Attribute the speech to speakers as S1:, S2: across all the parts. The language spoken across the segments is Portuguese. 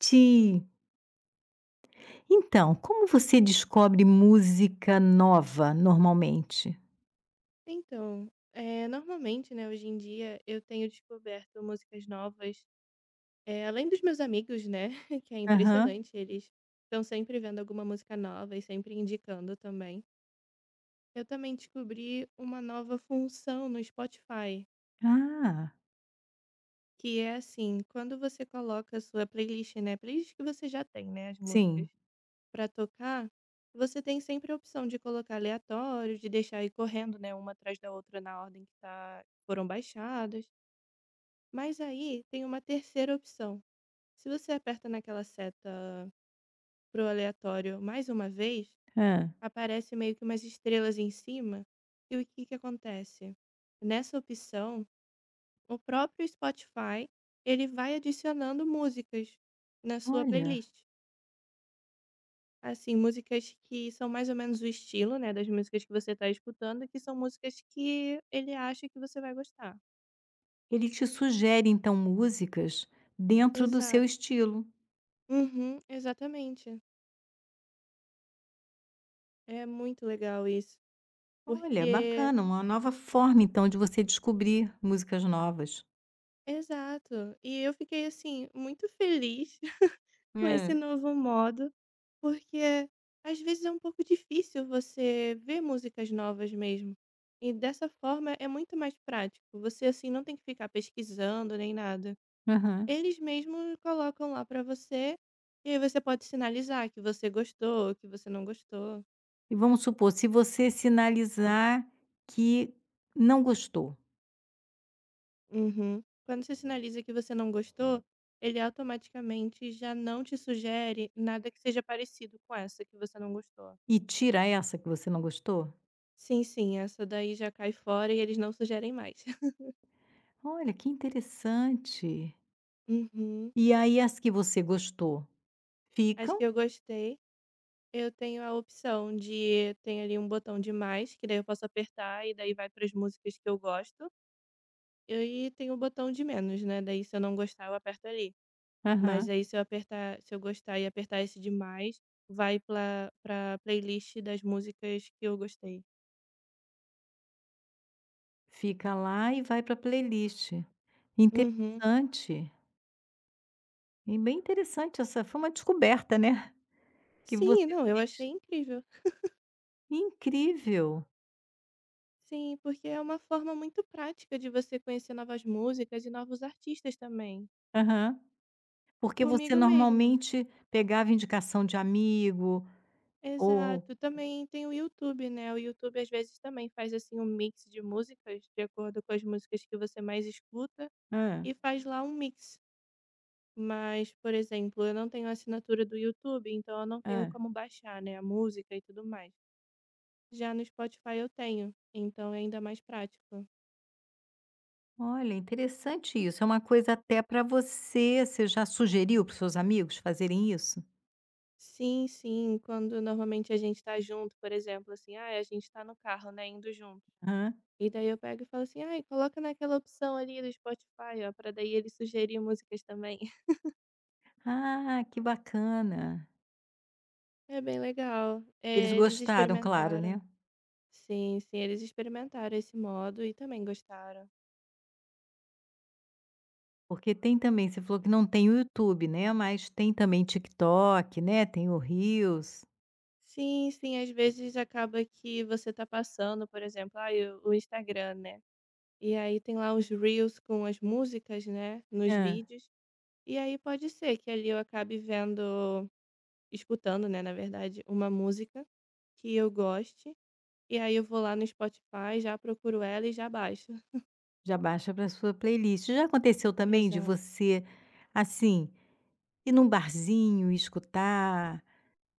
S1: Ti. Então, como você descobre música nova normalmente?
S2: Então, é normalmente, né, hoje em dia eu tenho descoberto músicas novas, além dos meus amigos, né, que é
S1: Aham.
S2: impressionante, eles estão sempre vendo alguma música nova e sempre indicando também. Eu também descobri uma nova função no Spotify,
S1: Ah,
S2: que é assim, quando você coloca a sua playlist, né, playlist que você já tem, né, as músicas
S1: sim.
S2: para tocar, você tem sempre a opção de colocar aleatório, de deixar ir correndo, né, uma atrás da outra na ordem que tá, foram baixadas. Mas aí tem uma terceira opção. Se você aperta naquela seta pro aleatório mais uma vez,
S1: Hã.
S2: aparece meio que umas estrelas em cima. E o que que acontece? Nessa opção, o próprio Spotify, ele vai adicionando músicas na sua
S1: Olha,
S2: playlist. Assim, músicas que são mais ou menos o estilo, né, das músicas que você está escutando, que são músicas que ele acha que você vai gostar.
S1: ele te sugere então músicas dentro do seu
S2: Exato.
S1: estilo.
S2: Uhum, exatamente. É muito legal isso.
S1: Olha,
S2: Porque
S1: bacana, uma nova forma então de você descobrir músicas novas.
S2: exato. E eu fiquei, assim, muito feliz com esse
S1: É.
S2: novo modo, porque às vezes é um pouco difícil você ver músicas novas mesmo. E dessa forma é muito mais prático. Você, assim, não tem que ficar pesquisando nem nada.
S1: Aham.
S2: Eles mesmos colocam lá pra você, e aí você pode sinalizar que você gostou, que você não gostou.
S1: E vamos supor, se você sinalizar que não gostou
S2: Uhum. Quando você sinaliza que você não gostou, ele automaticamente já não te sugere nada que seja parecido com essa que você não gostou.
S1: e tira essa que você não gostou,
S2: Sim, sim, essa daí já cai fora e eles não sugerem mais.
S1: olha que interessante.
S2: Uhum.
S1: E aí as que você gostou
S2: Acho que
S1: ficam,
S2: eu gostei. Eu tenho a opção de tem ali um botão de mais, que daí eu posso apertar e daí vai para as músicas que eu gosto. E aí tem o botão de menos, né? Daí se eu não gostar, eu aperto ali. Mas
S1: aham,
S2: aí se eu apertar se eu gostar e apertar esse demais vai pla pra playlist das músicas que eu gostei.
S1: fica lá e vai para playlist.
S2: Uhum.
S1: Interessante, e bem interessante, essa foi uma descoberta, né, que
S2: Sim,
S1: você
S2: não, eu achei incrível.
S1: incrível.
S2: Sim, porque é uma forma muito prática de você conhecer novas músicas e novos artistas também.
S1: Aham. Porque você
S2: Comigo mesmo.
S1: normalmente pegava indicação de amigo ou
S2: Exato. Também tem o YouTube, né, o YouTube às vezes também faz, assim, um mix de músicas de acordo com as músicas que você mais escuta,
S1: hã,
S2: e faz lá um mix. Mas, por exemplo, eu não tenho assinatura do YouTube, então eu não tenho
S1: hã.
S2: como baixar, né, a música e tudo mais. Já no Spotify eu tenho, então é ainda mais prático.
S1: Olha, interessante isso, é uma coisa até para você, você já sugeriu para os seus amigos fazerem isso?
S2: Sim, sim, quando normalmente a gente tá junto, por exemplo, assim, ah, a gente tá no carro, né, indo junto.
S1: Hã.
S2: E daí eu pego e falo assim, ai, coloca naquela opção ali do Spotify, ó, pra daí ele sugerir músicas também.
S1: Ah, que bacana.
S2: É bem legal.
S1: Eles
S2: É, eles
S1: gostaram, claro,
S2: experimentaram.
S1: né?
S2: Sim, sim, eles experimentaram esse modo e também gostaram.
S1: Porque tem também, você falou que não tem o YouTube, né, mas tem também TikTok, né, tem o Reels.
S2: Sim, sim, às vezes acaba que você tá passando, por exemplo, ai, o Instagram, né, e aí tem lá os reels com as músicas, né, nos
S1: Hã.
S2: vídeos, e aí pode ser que ali eu acabe vendo escutando, né, na verdade, uma música que eu goste, e aí eu vou lá no Spotify, já procuro ela e já baixo.
S1: Já baixa para sua playlist. Já aconteceu também de
S2: Exato.
S1: você, assim, ir num barzinho e escutar,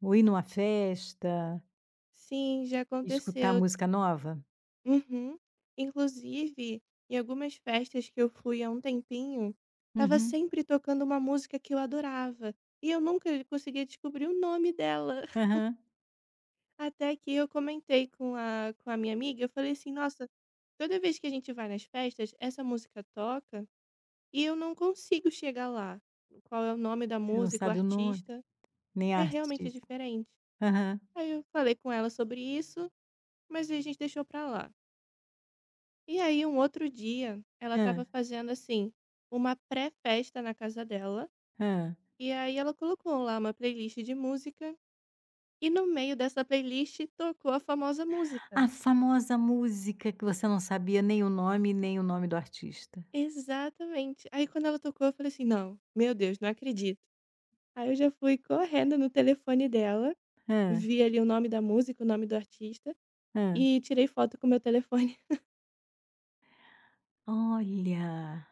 S1: ou ir numa festa
S2: Sim, já
S1: e escutar
S2: aconteceu.
S1: música nova?
S2: Uhum. Inclusive, em algumas festas que eu fui há um tempinho, estava
S1: Uhum.
S2: sempre tocando uma música que eu adorava, e eu nunca conseguia descobrir o nome dela.
S1: Aham.
S2: Até que eu comentei com a minha amiga, eu falei assim: "Nossa, toda vez que a gente vai nas festas, essa música toca e eu não consigo chegar lá. Qual é o nome da
S1: Você não
S2: música, o
S1: sabe o nome,
S2: artista?
S1: nem a
S2: É realmente
S1: artista.
S2: diferente".
S1: Aham.
S2: Aí eu falei com ela sobre isso, mas a gente deixou pra lá. E aí, um outro dia, ela
S1: Hã,
S2: estava fazendo, assim, uma pré-festa na casa dela.
S1: hã.
S2: E aí, ela colocou lá uma playlist de música. E no meio dessa playlist tocou a famosa
S1: A
S2: música.
S1: famosa música que você não sabia nem o nome, nem o nome do artista.
S2: Exatamente. Aí, quando ela tocou, eu falei assim: não, meu Deus, não acredito. Aí, eu já fui correndo no telefone dela,
S1: Hã,
S2: vi ali o nome da música, o nome do artista,
S1: hã.
S2: e tirei foto com o meu telefone.
S1: Olha!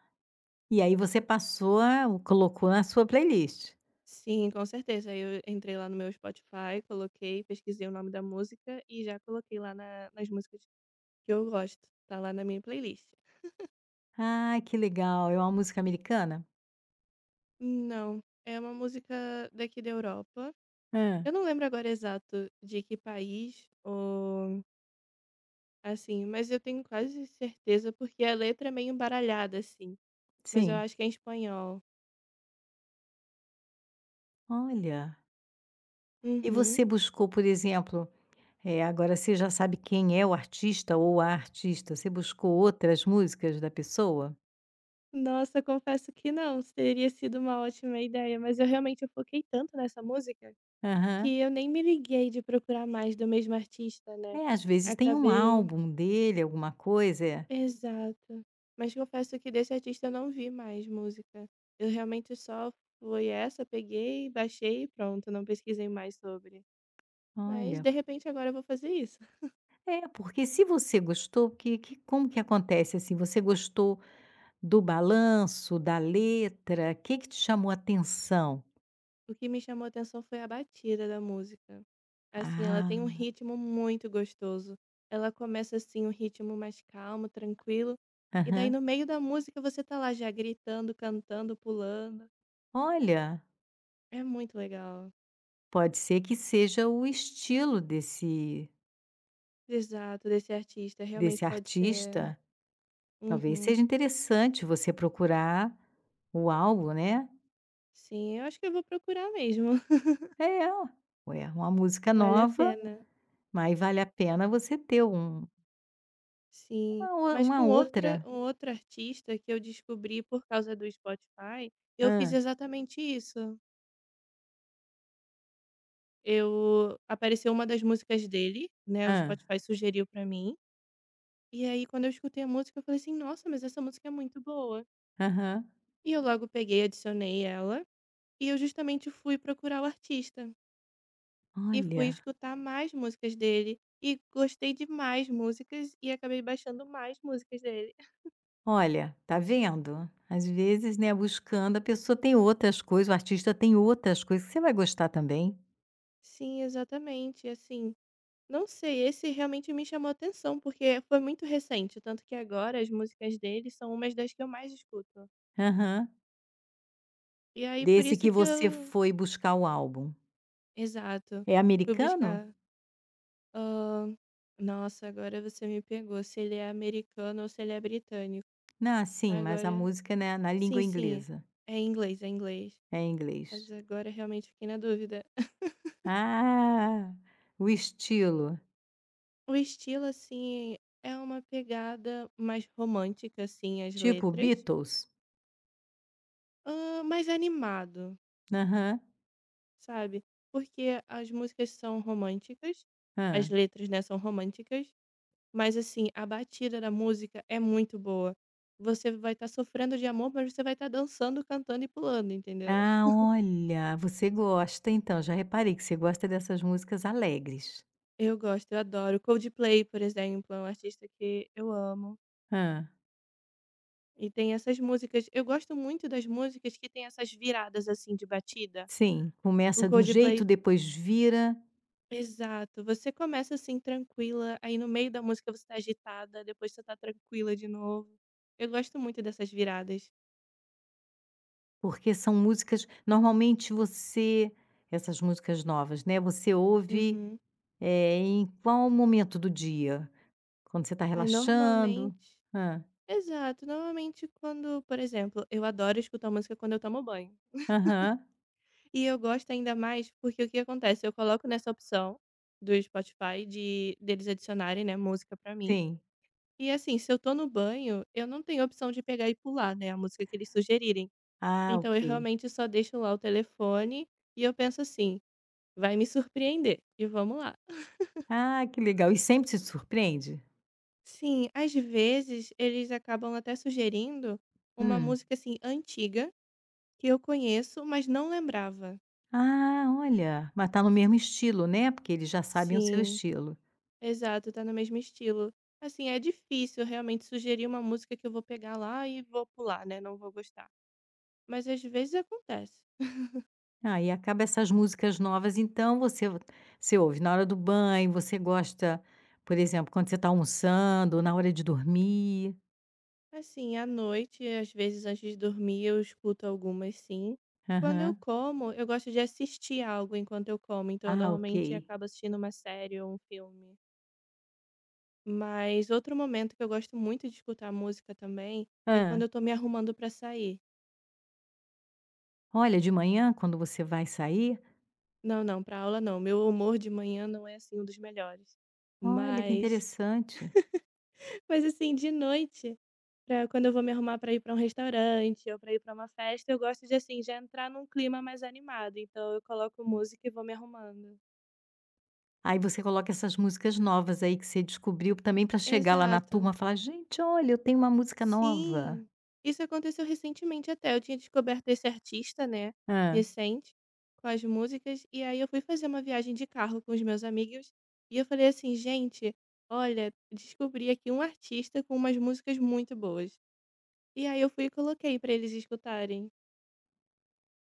S1: E aí você passou a colocou na sua playlist.
S2: Sim, com certeza. Aí eu entrei lá no meu Spotify, coloquei, pesquisei o nome da música e já coloquei lá na- nas músicas que eu gosto, tá lá na minha playlist.
S1: Ah, que legal. É uma música americana?
S2: Não, é uma música daqui da Europa.
S1: Hã.
S2: Eu não lembro agora exato de que país ou assim, mas eu tenho quase certeza porque a letra é meio embaralhada assim, mas eu
S1: Sim.
S2: acho que é em espanhol.
S1: Olha. E
S2: Uhum.
S1: você buscou, por exemplo, agora você já sabe quem é o artista ou a artista, você buscou outras músicas da pessoa?
S2: Nossa, confesso que não, teria sido uma ótima ideia, mas eu realmente eu foquei tanto nessa música
S1: Aham.
S2: que eu nem me liguei de procurar mais do mesmo artista, né?
S1: É, às vezes tem um
S2: Acabei
S1: álbum dele, alguma coisa, é.
S2: exato. Mas confesso que desse artista eu não vi mais música. Eu realmente só foi essa, peguei, baixei e pronto, não pesquisei mais sobre. Mas
S1: Olha.
S2: de repente agora eu vou fazer isso.
S1: É, porque se você gostou, que como que acontece, assim, você gostou do balanço, da letra, o que que te chamou a atenção?
S2: O que me chamou a atenção foi a batida da música. Assim, ela tem um
S1: Ah,
S2: ritmo muito gostoso. Ela começa assim, um ritmo mais calmo, tranquilo. E daí
S1: aham.
S2: no meio da música você tá lá já gritando, cantando, pulando.
S1: Olha,
S2: É muito legal.
S1: pode ser que seja o estilo desse
S2: Exato, desse artista. Realmente
S1: desse
S2: pode ser.
S1: artista. Talvez
S2: Uhum.
S1: seja interessante você procurar o álbum, né.
S2: Sim, eu acho que eu vou procurar mesmo.
S1: É, ué, uma música
S2: Vale a
S1: nova,
S2: pena.
S1: mas vale a pena você ter um
S2: Sim.
S1: uma o
S2: Mas
S1: uma
S2: com outra
S1: outra.
S2: um outro artista que eu descobri por causa do Spotify, eu fiz
S1: Hã,
S2: exatamente isso. Eu apareceu uma das músicas dele, né, o
S1: hã,
S2: Spotify sugeriu pra mim, e aí quando eu escutei a música eu falei assim: "Nossa, mas essa música é muito boa".
S1: aham.
S2: E eu logo peguei, adicionei ela, e eu justamente fui procurar o artista, e fui
S1: Olha,
S2: escutar mais músicas dele, e gostei de mais músicas, e acabei baixando mais músicas dele.
S1: olha, tá vendo? Às vezes, né, buscando, a pessoa tem outras coisas, o artista tem outras coisas que você vai gostar também.
S2: Sim, exatamente. Assim, não sei, esse realmente me chamou atenção, porque foi muito recente, tanto que agora as músicas dele são umas das que eu mais escuto.
S1: Aham.
S2: E aí, por
S1: Desse
S2: isso
S1: que
S2: que
S1: você
S2: eu.
S1: foi buscar o álbum.
S2: Exato.
S1: É
S2: Fui
S1: americano?
S2: buscar. ahn, Nossa, agora você me pegou, se ele é americano ou se ele é britânico.
S1: Ah, sim, mas a
S2: Agora.
S1: música, né, na
S2: Sim,
S1: língua
S2: sim,
S1: inglesa.
S2: é em inglês, é em inglês.
S1: É em inglês.
S2: Mas agora realmente fiquei na dúvida.
S1: Ah, o estilo.
S2: O estilo, assim, é uma pegada mais romântica, assim, as
S1: Tipo
S2: letras.
S1: Beatles?
S2: Hã, mais animado,
S1: Aham.
S2: sabe. Porque as músicas são românticas, as
S1: Hã.
S2: letras, né, são românticas, mas assim, a batida da música é muito boa. Você vai estar sofrendo de amor, mas você vai estar dançando, cantando e pulando, entendeu.
S1: Ah, olha, você gosta então, já reparei que você gosta dessas músicas alegres.
S2: Eu gosto, eu adoro. Coldplay, por exemplo, é um artista que eu amo,
S1: Ah,
S2: e tem essas músicas eu gosto muito das músicas que tem essas viradas, assim, de batida.
S1: sim,
S2: O
S1: começa de um
S2: Coldplay
S1: jeito, depois vira,
S2: exato, você começa assim tranquila, aí no meio da música você tá agitada, depois você tá tranquila de novo. Eu gosto muito dessas viradas.
S1: porque são músicas normalmente você essas músicas novas, né, você ouve
S2: Uhum.
S1: Em qual momento do dia? Quando você está
S2: Aí
S1: relaxando?
S2: normalmente
S1: Hã.
S2: exato, normalmente quando, por exemplo, eu adoro escutar música quando eu tomo banho.
S1: Aham,
S2: E eu gosto ainda mais porque o que acontece, eu coloco nessa opção do Spotify de deles adicionarem, né, música pra mim.
S1: sim.
S2: E assim, se eu tô no banho, eu não tenho opção de pegar e pular, né, a música que eles sugerirem.
S1: Ah,
S2: Então eu
S1: ok.
S2: realmente só deixo lá o telefone e eu penso assim: "Vai me surpreender", e vamos lá.
S1: Ah, que legal. E sempre se surpreende?
S2: Sim, às vezes eles acabam até sugerindo uma
S1: Hum.
S2: música, assim, antiga, que eu conheço, mas não lembrava.
S1: Ah, olha, mas tá no mesmo estilo, né, porque eles já sabem o seu
S2: Sim,
S1: estilo.
S2: exato, tá no mesmo estilo. Assim, é difícil realmente sugerir uma música que eu vou pegar lá e vou pular, né, não vou gostar. Mas às vezes acontece.
S1: Ah, e acaba essas músicas novas, então, você ouve na hora do banho, você gosta, por exemplo, quando você está almoçando ou na hora de dormir.
S2: Assim, à noite, às vezes antes de dormir, eu escuto algumas sim. Quando eu
S1: Aham.
S2: como, eu gosto de assistir algo enquanto eu como, então eu
S1: Ah, ok.
S2: normalmente acabo assistindo uma série ou um filme. Mas outro momento que eu gosto muito de escutar música também é
S1: Ah,
S2: quando eu tô me arrumando pra sair.
S1: olha, de manhã, quando você vai sair.
S2: Não, não, pra aula não. Meu humor de manhã não é assim um dos melhores.
S1: Olha, que
S2: Mas,
S1: interessante.
S2: mas assim, de noite. Pra quando eu vou me arrumar para ir para um restaurante ou para ir para uma festa, eu gosto de, assim, já entrar num clima mais animado, então eu coloco música e vou me arrumando.
S1: Aí você coloca essas músicas novas aí que você descobriu também para chegar lá na turma
S2: Exato.
S1: e falar: "Gente, olha, eu tenho uma música nova".
S2: Sim. Isso aconteceu recentemente até, eu tinha descoberto esse artista, né,
S1: Ah.
S2: recente, com as músicas, e aí eu fui fazer uma viagem de carro com os meus amigos, e eu falei assim: "Gente, olha, descobri aqui um artista com umas músicas muito boas". E aí eu fui e coloquei para eles escutarem.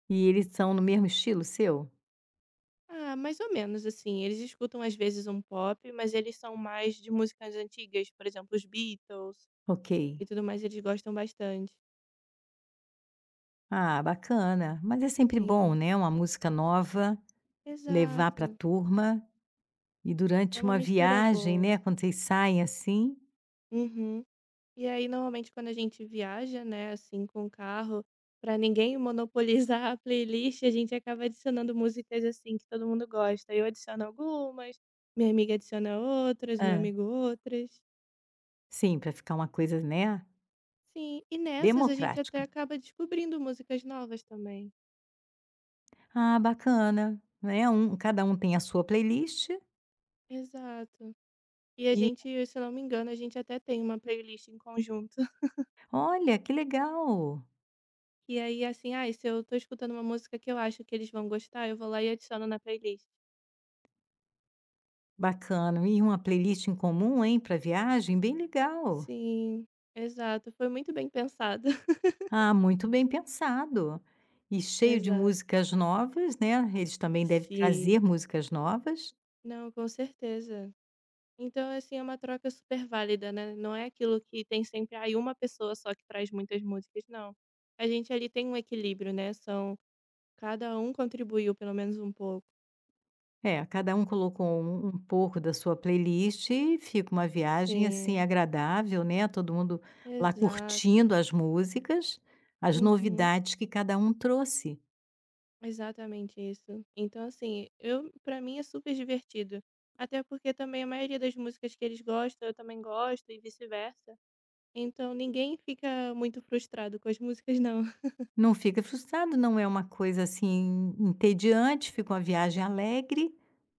S1: E eles são no mesmo estilo seu?
S2: Ah, mais ou menos, assim, eles escutam às vezes um pop, mas eles são mais de músicas antigas, por exemplo, os Beatles
S1: Ok.
S2: e tudo mais, eles gostam bastante.
S1: Ah, bacana. Mas é sempre bom,
S2: Sim.
S1: né, uma música nova, levar para a
S2: Exato,
S1: turma e
S2: é
S1: durante
S2: uma
S1: uma
S2: mistura
S1: viagem, né,
S2: boa.
S1: quando vocês saem assim,
S2: Uhum. E aí, normalmente, quando a gente viaja, né, assim, com o carro, pra ninguém monopolizar a playlist, a gente acaba adicionando músicas, assim, que todo mundo gosta. Eu adiciono algumas, minha amiga adiciona outras, meu
S1: ah,
S2: amigo outras.
S1: sim, para ficar uma coisa, né,
S2: Sim, e nessas a gente até
S1: democrática.
S2: acaba descobrindo músicas novas também.
S1: Ah, bacana, né, cada um tem a sua playlist
S2: Exato. E a
S1: e
S2: gente, se eu não me engano, a gente até tem uma playlist em conjunto.
S1: olha, que legal.
S2: E aí, assim, ai, se eu tô escutando uma música que eu acho que eles vão gostar, eu vou lá e adiciono na playlist.
S1: Bacana. E uma playlist em comum, hein, para viagem? Bem legal.
S2: Sim, exato. Foi muito bem pensado.
S1: Ah, muito bem pensado. E cheio de
S2: Exato.
S1: músicas novas, né? Eles também devem trazer
S2: Sim.
S1: músicas novas.
S2: Não, com certeza. Então, assim, é uma troca super válida, né? Não é aquilo que tem sempre, aí uma pessoa só que traz muitas músicas, não. A gente ali tem um equilíbrio, né? São cada um contribuiu pelo menos um pouco.
S1: É, cada um colocou um pouco da sua playlist e fica uma viagem assim
S2: Sim,
S1: agradável, né? Todo mundo lá
S2: exato.
S1: curtindo as músicas, as
S2: Uhum,
S1: novidades que cada um trouxe.
S2: exatamente isso. Então, assim, eu para mim é super divertido. Até porque também a maioria das músicas que eles gostam, eu também gosto e vice-versa. Então ninguém fica muito frustrado com as músicas, não.
S1: Não fica frustrado, não é uma coisa assim entediante, fica uma viagem alegre,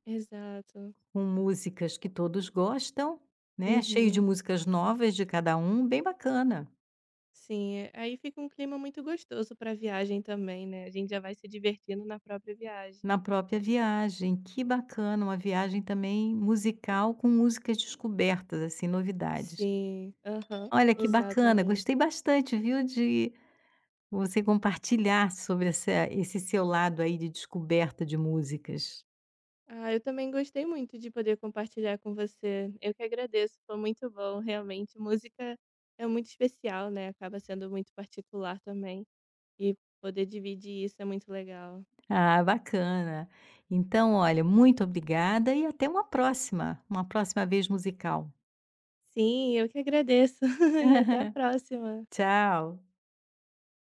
S2: Exato.
S1: com músicas que todos gostam, né, cheio de
S2: Uhum.
S1: músicas novas de cada um, bem bacana,
S2: Sim, é- aí fica um clima muito gostoso pra viagem também, né? A gente já vai se divertindo na própria viagem.
S1: na própria viagem. Que bacana, uma viagem também musical com músicas descobertas, assim, novidades.
S2: Sim, aham,
S1: Olha, que bacana,
S2: exatamente.
S1: gostei bastante, viu, de você compartilhar sobre essa esse seu lado aí de descoberta de músicas.
S2: Ah, eu também gostei muito de poder compartilhar com você. Eu que agradeço, foi muito bom, realmente. Música é muito especial, né? Acaba sendo muito particular também. E poder dividir isso é muito legal.
S1: Ah, bacana. Então, olha, muito obrigada e até uma próxima vez musical.
S2: Sim, eu que agradeço. E até a próxima.
S1: Tchau.